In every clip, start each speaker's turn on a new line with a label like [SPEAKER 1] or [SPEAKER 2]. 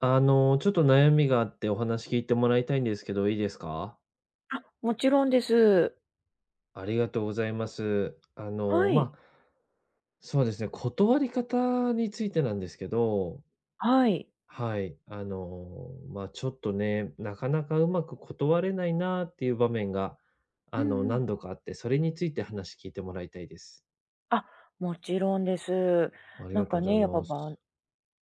[SPEAKER 1] ちょっと悩みがあってお話聞いてもらいたいんですけど、いいですか？
[SPEAKER 2] あ、もちろんです。
[SPEAKER 1] ありがとうございます。
[SPEAKER 2] はい。
[SPEAKER 1] そうですね、断り方についてなんですけど、
[SPEAKER 2] はい。
[SPEAKER 1] はい、ちょっとね、なかなかうまく断れないなっていう場面が、
[SPEAKER 2] うんうん。
[SPEAKER 1] 何度かあって、それについて話聞いてもらいたいです。
[SPEAKER 2] あ、もちろんです。
[SPEAKER 1] あり
[SPEAKER 2] なん
[SPEAKER 1] がと
[SPEAKER 2] か
[SPEAKER 1] うござい
[SPEAKER 2] ね、やっぱ
[SPEAKER 1] ます。
[SPEAKER 2] ば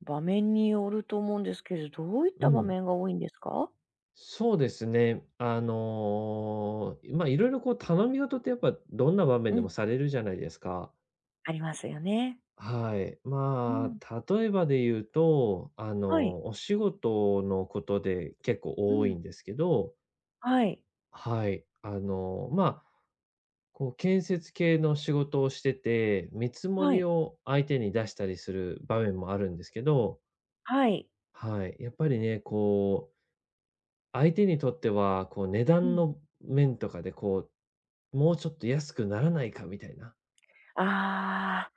[SPEAKER 2] 場面によると思うんですけど、どういっ
[SPEAKER 1] う
[SPEAKER 2] た場
[SPEAKER 1] ん。
[SPEAKER 2] 面が多いんですか？
[SPEAKER 1] そうですね。いろいろこう頼み事ってやっぱどんな場面
[SPEAKER 2] う
[SPEAKER 1] で
[SPEAKER 2] ん、
[SPEAKER 1] もされるじゃないですか。
[SPEAKER 2] ありますよね。
[SPEAKER 1] はい。
[SPEAKER 2] う
[SPEAKER 1] ま
[SPEAKER 2] ん。
[SPEAKER 1] あ、例えばで言うと、
[SPEAKER 2] はい。
[SPEAKER 1] お仕事のことで結構
[SPEAKER 2] う
[SPEAKER 1] 多い
[SPEAKER 2] ん。
[SPEAKER 1] んですけど、
[SPEAKER 2] はい。
[SPEAKER 1] はい。こう、建設系の仕事をしてて、見積も
[SPEAKER 2] は
[SPEAKER 1] り
[SPEAKER 2] い。
[SPEAKER 1] を相手に出したりする場面もあるんですけど、
[SPEAKER 2] はい。
[SPEAKER 1] はい。やっぱりね、こう、相手にとっては、こう、値
[SPEAKER 2] う
[SPEAKER 1] 段
[SPEAKER 2] ん。
[SPEAKER 1] の面とかで、こう、もうちょっと安くならないかみたいな。
[SPEAKER 2] ああ、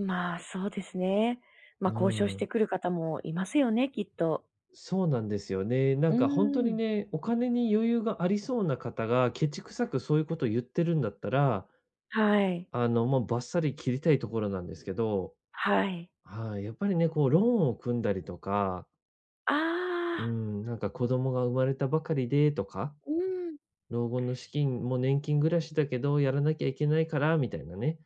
[SPEAKER 2] まあ、そうですね。
[SPEAKER 1] う
[SPEAKER 2] 交渉して
[SPEAKER 1] ん。
[SPEAKER 2] くる方もいますよね、きっと。
[SPEAKER 1] そうなんですよね。な
[SPEAKER 2] う
[SPEAKER 1] ん
[SPEAKER 2] ー
[SPEAKER 1] か本当に
[SPEAKER 2] ん。
[SPEAKER 1] ね、お金に余裕がありそうな方が、ケチくさくそういうことを言ってるんだったら、
[SPEAKER 2] はい。
[SPEAKER 1] もうバッサリ切りたいところなんですけど、
[SPEAKER 2] はい。
[SPEAKER 1] はい、やっぱりね、こうローンを組んだりとか、
[SPEAKER 2] あ
[SPEAKER 1] う
[SPEAKER 2] あ。
[SPEAKER 1] ん、なんか子供が生まれたばかりでとか、
[SPEAKER 2] うん。
[SPEAKER 1] 老後の資金も年金暮らしだけど、やらなきゃいけないからみたいなね。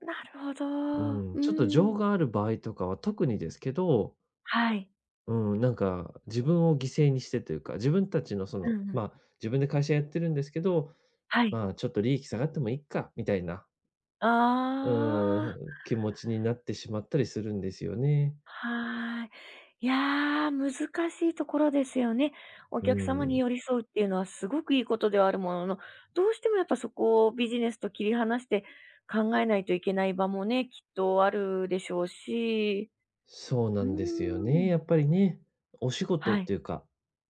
[SPEAKER 2] なるほ
[SPEAKER 1] う
[SPEAKER 2] ど。
[SPEAKER 1] ん、
[SPEAKER 2] う
[SPEAKER 1] ちょっと情
[SPEAKER 2] ん。
[SPEAKER 1] がある場合とかは特にですけど、
[SPEAKER 2] はい。
[SPEAKER 1] うん、なんか自分を犠牲にしてというか、自分たちのそ
[SPEAKER 2] う
[SPEAKER 1] の、
[SPEAKER 2] んうん。
[SPEAKER 1] ま、自分で会社やってるんですけど、
[SPEAKER 2] はい。
[SPEAKER 1] まあ、ちょっと利益下がってもいいっか、みたいな、
[SPEAKER 2] ああ、
[SPEAKER 1] 気持ちになってしまったりするんですよね。
[SPEAKER 2] はい。いやー、難しいところですよね。お
[SPEAKER 1] う
[SPEAKER 2] 客様に
[SPEAKER 1] ん、
[SPEAKER 2] 寄り添うっていうのはすごくいいことではあるものの、どうしてもやっぱそこをビジネスと切り離して考えないといけない場もね、きっとあるでしょうし。
[SPEAKER 1] そう
[SPEAKER 2] う
[SPEAKER 1] な
[SPEAKER 2] ー
[SPEAKER 1] んですよね、
[SPEAKER 2] ん。
[SPEAKER 1] やっぱりね。お仕事
[SPEAKER 2] は
[SPEAKER 1] っ
[SPEAKER 2] い。
[SPEAKER 1] ていうか、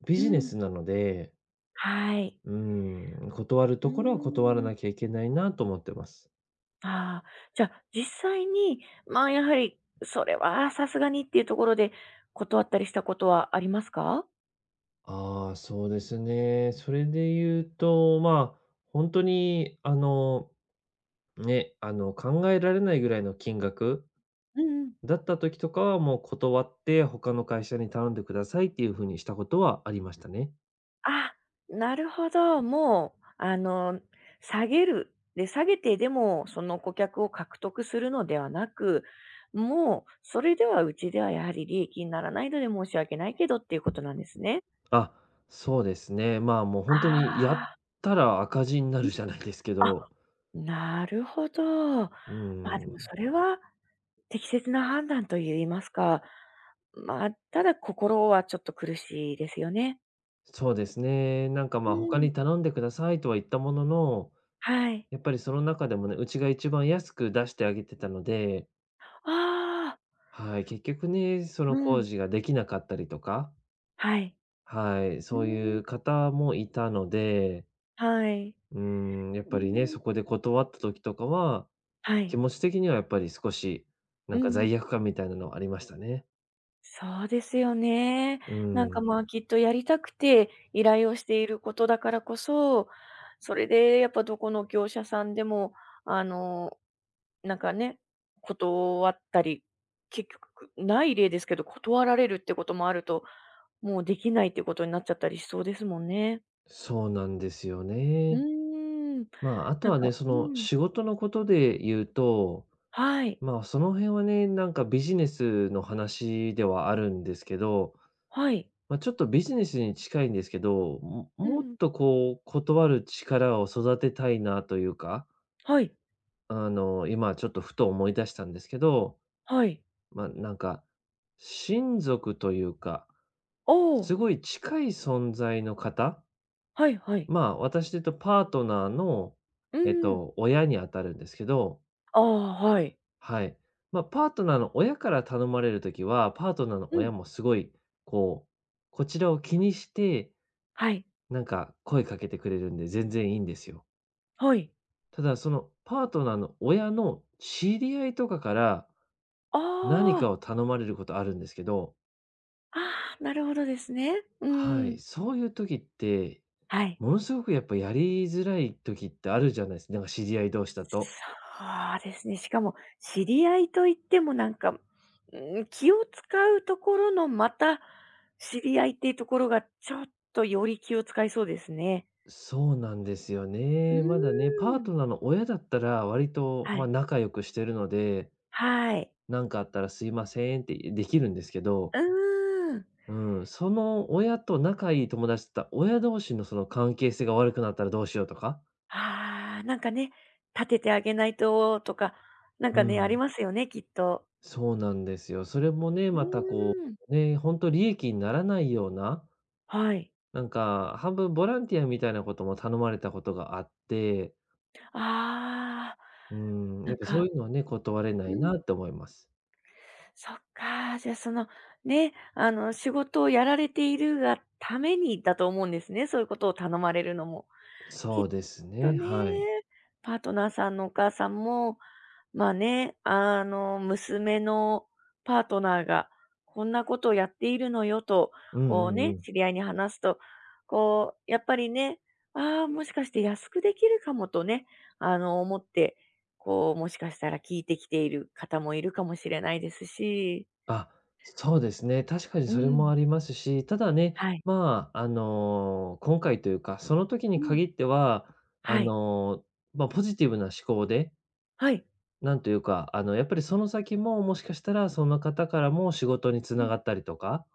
[SPEAKER 1] ビ
[SPEAKER 2] う
[SPEAKER 1] ジネ
[SPEAKER 2] ん。
[SPEAKER 1] スなので、
[SPEAKER 2] はい。
[SPEAKER 1] うん、断る
[SPEAKER 2] うー
[SPEAKER 1] ところは断ら
[SPEAKER 2] ん。
[SPEAKER 1] なきゃいけないなと思ってます。
[SPEAKER 2] ああ、じゃあ、実際に、まあ、やはり、それはさすがにっていうところで、断ったりしたことはありますか？
[SPEAKER 1] ああ、そうですね。それで言うと、まあ、本当に考えられないぐらいの金額
[SPEAKER 2] うんうん。
[SPEAKER 1] だった時とかはもう断って、他の会社に頼んでくださいっていう風にしたことはありましたね。
[SPEAKER 2] あ、なるほど。もう、あの、下げる。で、下げてでも、その顧客を獲得するのではなく、もう、それではうちではやはり利益にならないので申し訳ないけどっていうことなんですね。
[SPEAKER 1] あ、そうですね。まあ、もう本当にやっ
[SPEAKER 2] あ
[SPEAKER 1] たら赤字になるじゃないですけ
[SPEAKER 2] あ。あ、
[SPEAKER 1] ど、
[SPEAKER 2] なるほど。ま
[SPEAKER 1] う
[SPEAKER 2] あ、でも
[SPEAKER 1] ん、
[SPEAKER 2] それは適切な判断と言いますか、まあ、ただ心はちょっと苦しいですよね。
[SPEAKER 1] そうですね。なんか、
[SPEAKER 2] う
[SPEAKER 1] 他
[SPEAKER 2] ん。
[SPEAKER 1] に頼んでくださいとは言ったものの、
[SPEAKER 2] はい。
[SPEAKER 1] やっぱりその中でもね、うちが一番安く出してあげてたので、
[SPEAKER 2] ああ、
[SPEAKER 1] はい、結局ね、そ
[SPEAKER 2] う
[SPEAKER 1] の工
[SPEAKER 2] ん、
[SPEAKER 1] 事ができなかったりとか、
[SPEAKER 2] はい。
[SPEAKER 1] はい、
[SPEAKER 2] う
[SPEAKER 1] そう
[SPEAKER 2] ー
[SPEAKER 1] い
[SPEAKER 2] ん。
[SPEAKER 1] う方もいたので
[SPEAKER 2] はい。
[SPEAKER 1] やっ
[SPEAKER 2] うー
[SPEAKER 1] ぱりね、
[SPEAKER 2] ん。
[SPEAKER 1] そこで断った時とかは、
[SPEAKER 2] は
[SPEAKER 1] 気
[SPEAKER 2] い。
[SPEAKER 1] 持ち的にはやっぱり少し、な
[SPEAKER 2] う
[SPEAKER 1] ん
[SPEAKER 2] ん
[SPEAKER 1] か
[SPEAKER 2] うん。
[SPEAKER 1] 罪悪感みたいなのはありましたね。
[SPEAKER 2] そうですよね。
[SPEAKER 1] う
[SPEAKER 2] なんか、
[SPEAKER 1] ん、
[SPEAKER 2] まあ、きっとやりたくて依頼をしていることだからこそ、それでやっぱどこの業者さんでも、あの、なんかね、断ったり、結局ない例ですけど、断られるってこともあるともうできないってことになっちゃったりしそうですもんね。
[SPEAKER 1] そうなんですよ
[SPEAKER 2] う
[SPEAKER 1] ね。
[SPEAKER 2] ーん。
[SPEAKER 1] まあ、あと
[SPEAKER 2] なん
[SPEAKER 1] はね、
[SPEAKER 2] か
[SPEAKER 1] そ
[SPEAKER 2] う
[SPEAKER 1] の
[SPEAKER 2] ん。
[SPEAKER 1] 仕事のことで言うと、
[SPEAKER 2] はい、
[SPEAKER 1] まあ、その辺はね、なんかビジネスの話ではあるんですけど、
[SPEAKER 2] はい。
[SPEAKER 1] まあ、ちょっとビジネスに近いんですけど、
[SPEAKER 2] う
[SPEAKER 1] もっ
[SPEAKER 2] ん。
[SPEAKER 1] とこう断る力を育てたいなというか、
[SPEAKER 2] はい、
[SPEAKER 1] 今ちょっとふと思い出したんですけど
[SPEAKER 2] はい。
[SPEAKER 1] まあ、なんか、親族というか、
[SPEAKER 2] ああ、
[SPEAKER 1] すごい近い存在の方、
[SPEAKER 2] はいはい
[SPEAKER 1] まあ、私で言うとパートナーの、
[SPEAKER 2] うんはいはいおおはいはい
[SPEAKER 1] えっ
[SPEAKER 2] うん。
[SPEAKER 1] と、親にあたるんですけど、
[SPEAKER 2] ああ、はい。
[SPEAKER 1] はい。まあ、パートナーの親から頼まれるときは、パートナーの
[SPEAKER 2] うん。
[SPEAKER 1] 親もすごい、こう、こちらを気にして、
[SPEAKER 2] はい、
[SPEAKER 1] なんか声かけてくれるんで全然いいんですよ。
[SPEAKER 2] はい。
[SPEAKER 1] ただ、そのパートナーの親の知り合いとかから、何
[SPEAKER 2] ああ、
[SPEAKER 1] かを頼まれることあるんですけど、
[SPEAKER 2] ああ、なるほどですね。う
[SPEAKER 1] は
[SPEAKER 2] ん。
[SPEAKER 1] い、そういう時って
[SPEAKER 2] はい。
[SPEAKER 1] ものすごくやっぱやりづらい時ってあるじゃないですかなんか知り合い同士だと。
[SPEAKER 2] そうですね。しかも知り合いといってもなんか、うん、気を使うところのまた、知り合いっていうところがちょっとより気を使いそうですね。
[SPEAKER 1] そうなんですよ
[SPEAKER 2] う
[SPEAKER 1] ね。まだね、パ
[SPEAKER 2] ー
[SPEAKER 1] ー
[SPEAKER 2] ん。
[SPEAKER 1] トナーの親だったら割と、
[SPEAKER 2] は
[SPEAKER 1] まあ、
[SPEAKER 2] い。
[SPEAKER 1] 仲良くしてるので、
[SPEAKER 2] はい。
[SPEAKER 1] 「なんかあったらすいません」ってできるんですけど、
[SPEAKER 2] うーん。
[SPEAKER 1] うん、その親と仲いい友達だったら親同士のその関係性が悪くなったらどうしようとか。
[SPEAKER 2] ああ、なんかね、立ててあげないととか、なん
[SPEAKER 1] う
[SPEAKER 2] かね、あり
[SPEAKER 1] ん、
[SPEAKER 2] ますよね、きっと。
[SPEAKER 1] そうなんですよ。それもね、
[SPEAKER 2] う
[SPEAKER 1] またこ
[SPEAKER 2] ーん。
[SPEAKER 1] う、ね、本当利益にならないような、
[SPEAKER 2] はい。
[SPEAKER 1] なんか半分ボランティアみたいなことも頼まれたことがあって、
[SPEAKER 2] ああ、
[SPEAKER 1] うん、
[SPEAKER 2] な
[SPEAKER 1] やっ
[SPEAKER 2] ん
[SPEAKER 1] ぱそう
[SPEAKER 2] か、
[SPEAKER 1] いうのはね、断れな
[SPEAKER 2] う
[SPEAKER 1] い
[SPEAKER 2] ん。
[SPEAKER 1] なって思います。
[SPEAKER 2] そっか、じゃあその、ね、あの、仕事をやられているがためにだと思うんですね、そういうことを頼まれるのも。き
[SPEAKER 1] そ
[SPEAKER 2] っ
[SPEAKER 1] うです
[SPEAKER 2] と
[SPEAKER 1] ね、
[SPEAKER 2] ね、
[SPEAKER 1] はい。
[SPEAKER 2] パートナーさんのお母さんもまあね、あの、娘のパートナーがこんなことをやっているのよと、
[SPEAKER 1] うん
[SPEAKER 2] こ
[SPEAKER 1] う
[SPEAKER 2] う
[SPEAKER 1] んう
[SPEAKER 2] ね、
[SPEAKER 1] ん。
[SPEAKER 2] 知り合いに話すと、こう、やっぱりね、ああ、もしかして安くできるかもとね、あの、思って、こう、もしかしたら聞いてきている方もいるかもしれないですし、
[SPEAKER 1] あ、そうですね。確かに
[SPEAKER 2] う
[SPEAKER 1] それ
[SPEAKER 2] ん。
[SPEAKER 1] もありますし、ただね、
[SPEAKER 2] はい、
[SPEAKER 1] 今回というか、その時
[SPEAKER 2] う
[SPEAKER 1] に
[SPEAKER 2] ん。
[SPEAKER 1] 限っては、あ
[SPEAKER 2] はい、
[SPEAKER 1] の、まあ、ポジティブな思考で、
[SPEAKER 2] はい。
[SPEAKER 1] なんというか、やっぱりその先も、もしかしたらその方からも仕事に
[SPEAKER 2] う
[SPEAKER 1] 繋
[SPEAKER 2] ん。
[SPEAKER 1] がったりとか、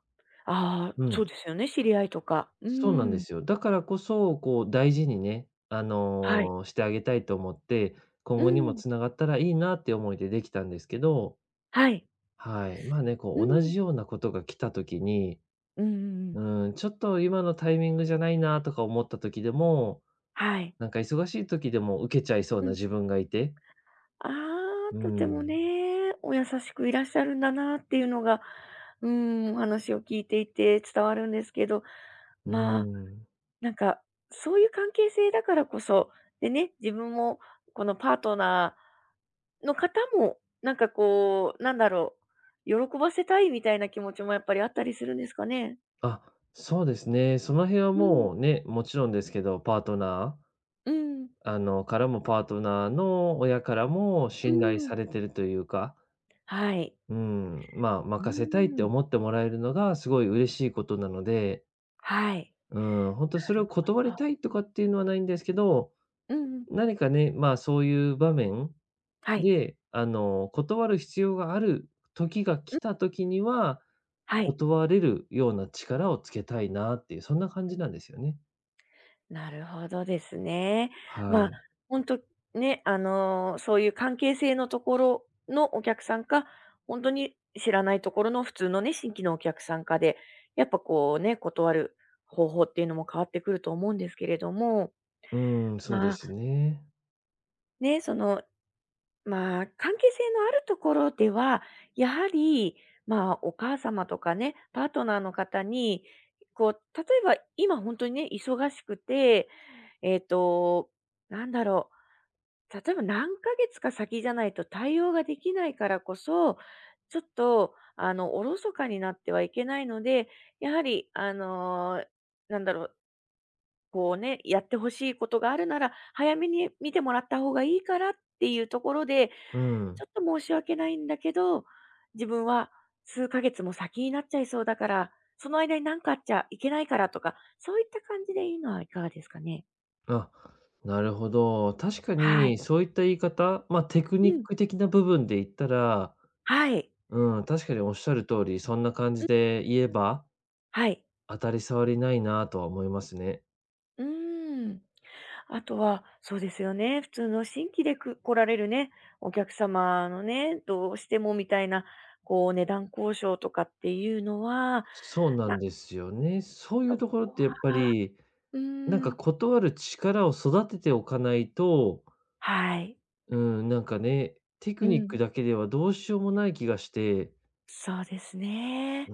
[SPEAKER 2] ああ、
[SPEAKER 1] う
[SPEAKER 2] そ
[SPEAKER 1] ん。
[SPEAKER 2] うですよね、知り合いとか。う
[SPEAKER 1] そうなんで
[SPEAKER 2] ん。
[SPEAKER 1] すよ。だからこそ、こう大事にね、
[SPEAKER 2] はい、
[SPEAKER 1] してあげたいと思って、今
[SPEAKER 2] う
[SPEAKER 1] 後にも
[SPEAKER 2] ん。
[SPEAKER 1] つながったらいいなって思いでできたんですけど、
[SPEAKER 2] はい、
[SPEAKER 1] はい。まあね、こ
[SPEAKER 2] う
[SPEAKER 1] う同
[SPEAKER 2] ん。
[SPEAKER 1] じようなことが来た時に、
[SPEAKER 2] うん、うん、うん
[SPEAKER 1] うん、ちょっと今のタイミングじゃないなとか思った時でも、
[SPEAKER 2] はい。
[SPEAKER 1] なんか忙しい時でも受けちゃいそう
[SPEAKER 2] う
[SPEAKER 1] な
[SPEAKER 2] ん
[SPEAKER 1] 自分がいて、
[SPEAKER 2] あ
[SPEAKER 1] う
[SPEAKER 2] あ、とても
[SPEAKER 1] ん、
[SPEAKER 2] ね、お優しくいらっしゃるんだなっていうのが、うん、お話を聞いていて伝わるんですけど、
[SPEAKER 1] う
[SPEAKER 2] まあ、
[SPEAKER 1] ん。
[SPEAKER 2] なんか、そういう関係性だからこそ、でね、自分も、このパートナーの方も、なんかこう、なんだろう、喜ばせたいみたいな気持ちもやっぱりあったりするんですかね？
[SPEAKER 1] あ、そうですね。その辺は
[SPEAKER 2] うん。
[SPEAKER 1] もうね、もちろんですけど、パートナー
[SPEAKER 2] うん。
[SPEAKER 1] からもパートナーの親からも
[SPEAKER 2] う
[SPEAKER 1] 信頼
[SPEAKER 2] ん。
[SPEAKER 1] されてるというか、
[SPEAKER 2] はい。
[SPEAKER 1] うん、まあ、
[SPEAKER 2] うー
[SPEAKER 1] 任せたいって
[SPEAKER 2] ん。
[SPEAKER 1] 思ってもらえるのがすごい嬉しいことなので、
[SPEAKER 2] はい。
[SPEAKER 1] うん、本当
[SPEAKER 2] な
[SPEAKER 1] それ
[SPEAKER 2] る
[SPEAKER 1] を
[SPEAKER 2] ほ
[SPEAKER 1] 断り
[SPEAKER 2] ど。
[SPEAKER 1] たいとかっていうのはないんですけど、
[SPEAKER 2] うんうん。
[SPEAKER 1] 何かね、まあ、そういう場面
[SPEAKER 2] はい。
[SPEAKER 1] で、断る必要がある時
[SPEAKER 2] うん。はいうんはいなるほどうんうんはい
[SPEAKER 1] が
[SPEAKER 2] う
[SPEAKER 1] 来た
[SPEAKER 2] ん
[SPEAKER 1] 時には、
[SPEAKER 2] はい
[SPEAKER 1] 断れるような力をつけたいなっていう、そんな感じなんですよね。
[SPEAKER 2] なるほどですね。
[SPEAKER 1] は
[SPEAKER 2] まあ、
[SPEAKER 1] い。
[SPEAKER 2] 本当ね、あの、そういう関係性のところのお客さんか、本当に知らないところの普通のね、新規のお客さんかで、やっぱこうね、断る方法っていうのも変わってくると思うんですけれども、
[SPEAKER 1] うん、そうで
[SPEAKER 2] まあ、
[SPEAKER 1] すね。
[SPEAKER 2] ね、そのまあ、関係性のあるところでは、やはり、まあ、お母様とかね、パートナーの方に、こう、例えば今本当にね、忙しくて、えっ、と、なんだろう、例えば何ヶ月か先じゃないと対応ができないからこそ、ちょっと、あの、おろそかになってはいけないので、やはり、あのーなんだろう、こうね、やってほしいことがあるなら、早めに見てもらった方がいいからっていうところで、
[SPEAKER 1] う
[SPEAKER 2] ちょ
[SPEAKER 1] ん。
[SPEAKER 2] っと申し訳ないんだけど、自分は数ヶ月も先になっちゃいそうだから、その間に何かあっちゃいけないからとか、そういった感じでいいのはいかがですかね？
[SPEAKER 1] あ、なるほど。確か
[SPEAKER 2] は
[SPEAKER 1] に
[SPEAKER 2] い。
[SPEAKER 1] そういった言い方、まあ、テク
[SPEAKER 2] う
[SPEAKER 1] ニッ
[SPEAKER 2] ん。
[SPEAKER 1] ク的な部分で言ったら、
[SPEAKER 2] はい。
[SPEAKER 1] うん、確かにおっしゃる通り、そんな感じで言えば、
[SPEAKER 2] はい。
[SPEAKER 1] 当たり障りないなとは思いますね。
[SPEAKER 2] うーん。あとは、そうですよね、普通の新規で来られるね、お客様のね、どうしてもみたいな、こう、値段交渉とかっていうのは、
[SPEAKER 1] そうなん
[SPEAKER 2] な
[SPEAKER 1] ですよね。そういう
[SPEAKER 2] そ
[SPEAKER 1] ところ
[SPEAKER 2] こ
[SPEAKER 1] ってやっ
[SPEAKER 2] は
[SPEAKER 1] ぱり、
[SPEAKER 2] う
[SPEAKER 1] なん
[SPEAKER 2] ー
[SPEAKER 1] か
[SPEAKER 2] ん。
[SPEAKER 1] 断る力を育てておかないと、
[SPEAKER 2] はい。
[SPEAKER 1] うん、なんかね、テ
[SPEAKER 2] う
[SPEAKER 1] クニッ
[SPEAKER 2] ん。
[SPEAKER 1] クだけではどうしようもない気がして、
[SPEAKER 2] そうですね。
[SPEAKER 1] う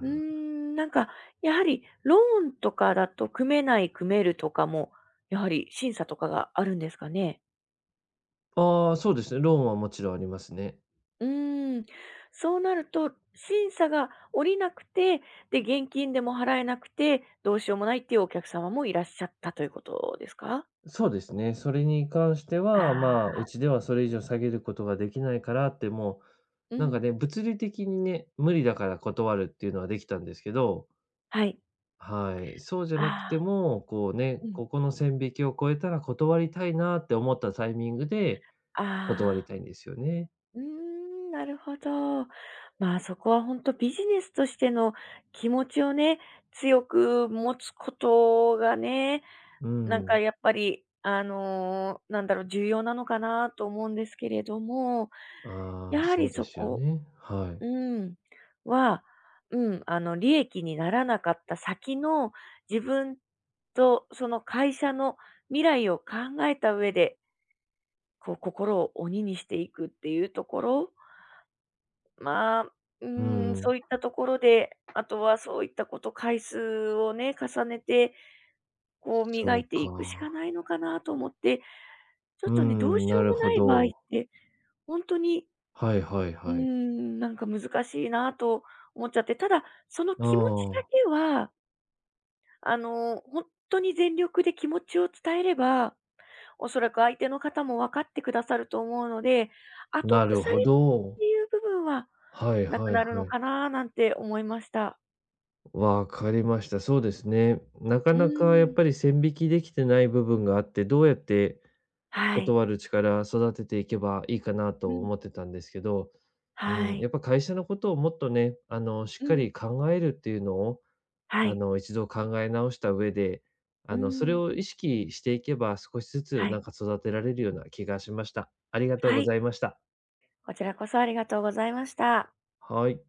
[SPEAKER 2] うーん、なんか、やはりローンとかだと組めない、組めるとかも、やはり審査とかがあるんですかね？
[SPEAKER 1] ああ、そうですね、ローンはもちろんありますね。
[SPEAKER 2] うーん。そうなると、審査が下りなくて、で、現金でも払えなくて、どうしようもないっていうお客様もいらっしゃったということですか？
[SPEAKER 1] そうですね。それに関しては、
[SPEAKER 2] あ
[SPEAKER 1] まあ、
[SPEAKER 2] あ
[SPEAKER 1] う
[SPEAKER 2] ー。
[SPEAKER 1] ちではそれ以上下げることができないからって、も
[SPEAKER 2] う
[SPEAKER 1] う、なんか
[SPEAKER 2] ん。
[SPEAKER 1] ね、物理的にね、無理だから断るっていうのはできたんですけど、
[SPEAKER 2] はい。
[SPEAKER 1] はい。そうじゃなく
[SPEAKER 2] あ
[SPEAKER 1] て
[SPEAKER 2] あ
[SPEAKER 1] も、こうね、
[SPEAKER 2] うん。
[SPEAKER 1] ここの線引きを超えたら断りたいなって思ったタイミングで
[SPEAKER 2] あ。あ
[SPEAKER 1] 断り
[SPEAKER 2] あ。
[SPEAKER 1] たいんですよね。
[SPEAKER 2] うーん、なるほど。まあ、そこは本当ビジネスとしての気持ちをね、強く持つことがね、
[SPEAKER 1] う
[SPEAKER 2] なんか
[SPEAKER 1] ん。
[SPEAKER 2] やっぱり、あの、なんだろう、重要なのかなと思うんですけれども、
[SPEAKER 1] あ
[SPEAKER 2] や
[SPEAKER 1] あ、
[SPEAKER 2] は
[SPEAKER 1] そ
[SPEAKER 2] り
[SPEAKER 1] うで
[SPEAKER 2] そ
[SPEAKER 1] すよ
[SPEAKER 2] こ
[SPEAKER 1] ね。はい。
[SPEAKER 2] うん、は、うん、あの、利益にならなかった先の自分とその会社の未来を考えた上で、こう心を鬼にしていくっていうところまあ、う
[SPEAKER 1] う
[SPEAKER 2] ーん、そ
[SPEAKER 1] ん。
[SPEAKER 2] ういったところで、あとはそういったこと、回数をね、重ねて、こう
[SPEAKER 1] そ
[SPEAKER 2] 磨
[SPEAKER 1] う
[SPEAKER 2] いていくしか
[SPEAKER 1] か。
[SPEAKER 2] ないのかなと思って、ちょ
[SPEAKER 1] う
[SPEAKER 2] っとね、どう
[SPEAKER 1] ん、
[SPEAKER 2] し
[SPEAKER 1] な
[SPEAKER 2] よう
[SPEAKER 1] る
[SPEAKER 2] も
[SPEAKER 1] ほ
[SPEAKER 2] ない場合っ
[SPEAKER 1] ど。
[SPEAKER 2] て、本当に、
[SPEAKER 1] はいはい
[SPEAKER 2] うー
[SPEAKER 1] はい。
[SPEAKER 2] ん、なんか難しいなと思っちゃって、ただ、その
[SPEAKER 1] あ
[SPEAKER 2] 気持ちだけは、あの、本当に全力で気持ちを伝えればおそらく相手の方も分かってくださると思うので、
[SPEAKER 1] あ、
[SPEAKER 2] 後
[SPEAKER 1] なる
[SPEAKER 2] 腐
[SPEAKER 1] ほ
[SPEAKER 2] れっ
[SPEAKER 1] ど。
[SPEAKER 2] ていう部分は
[SPEAKER 1] はい
[SPEAKER 2] なく
[SPEAKER 1] はい
[SPEAKER 2] な
[SPEAKER 1] は
[SPEAKER 2] るの
[SPEAKER 1] い。
[SPEAKER 2] かななんて思いました。
[SPEAKER 1] わかりました。そうですね。なか
[SPEAKER 2] うー
[SPEAKER 1] なかやっ
[SPEAKER 2] ん。
[SPEAKER 1] ぱり線引きできてない部分があって、どうやって
[SPEAKER 2] はい。
[SPEAKER 1] 断る力育てていけばいいかな
[SPEAKER 2] う
[SPEAKER 1] と
[SPEAKER 2] ん。
[SPEAKER 1] 思ってたんですけど、
[SPEAKER 2] は
[SPEAKER 1] うん、やっ
[SPEAKER 2] い。
[SPEAKER 1] ぱ会社のことをもっとね、しっ
[SPEAKER 2] う
[SPEAKER 1] かり
[SPEAKER 2] ん。
[SPEAKER 1] 考えるっていうのを、
[SPEAKER 2] はい。
[SPEAKER 1] 一度考え直した上で、
[SPEAKER 2] うー
[SPEAKER 1] それ
[SPEAKER 2] ん。
[SPEAKER 1] を意識していけば少しずつ
[SPEAKER 2] は
[SPEAKER 1] な
[SPEAKER 2] い。
[SPEAKER 1] んか育てられるような気がしました。ありがとう
[SPEAKER 2] は
[SPEAKER 1] ご
[SPEAKER 2] い。
[SPEAKER 1] ざいました。
[SPEAKER 2] こちらこそありがとうございました。
[SPEAKER 1] はい。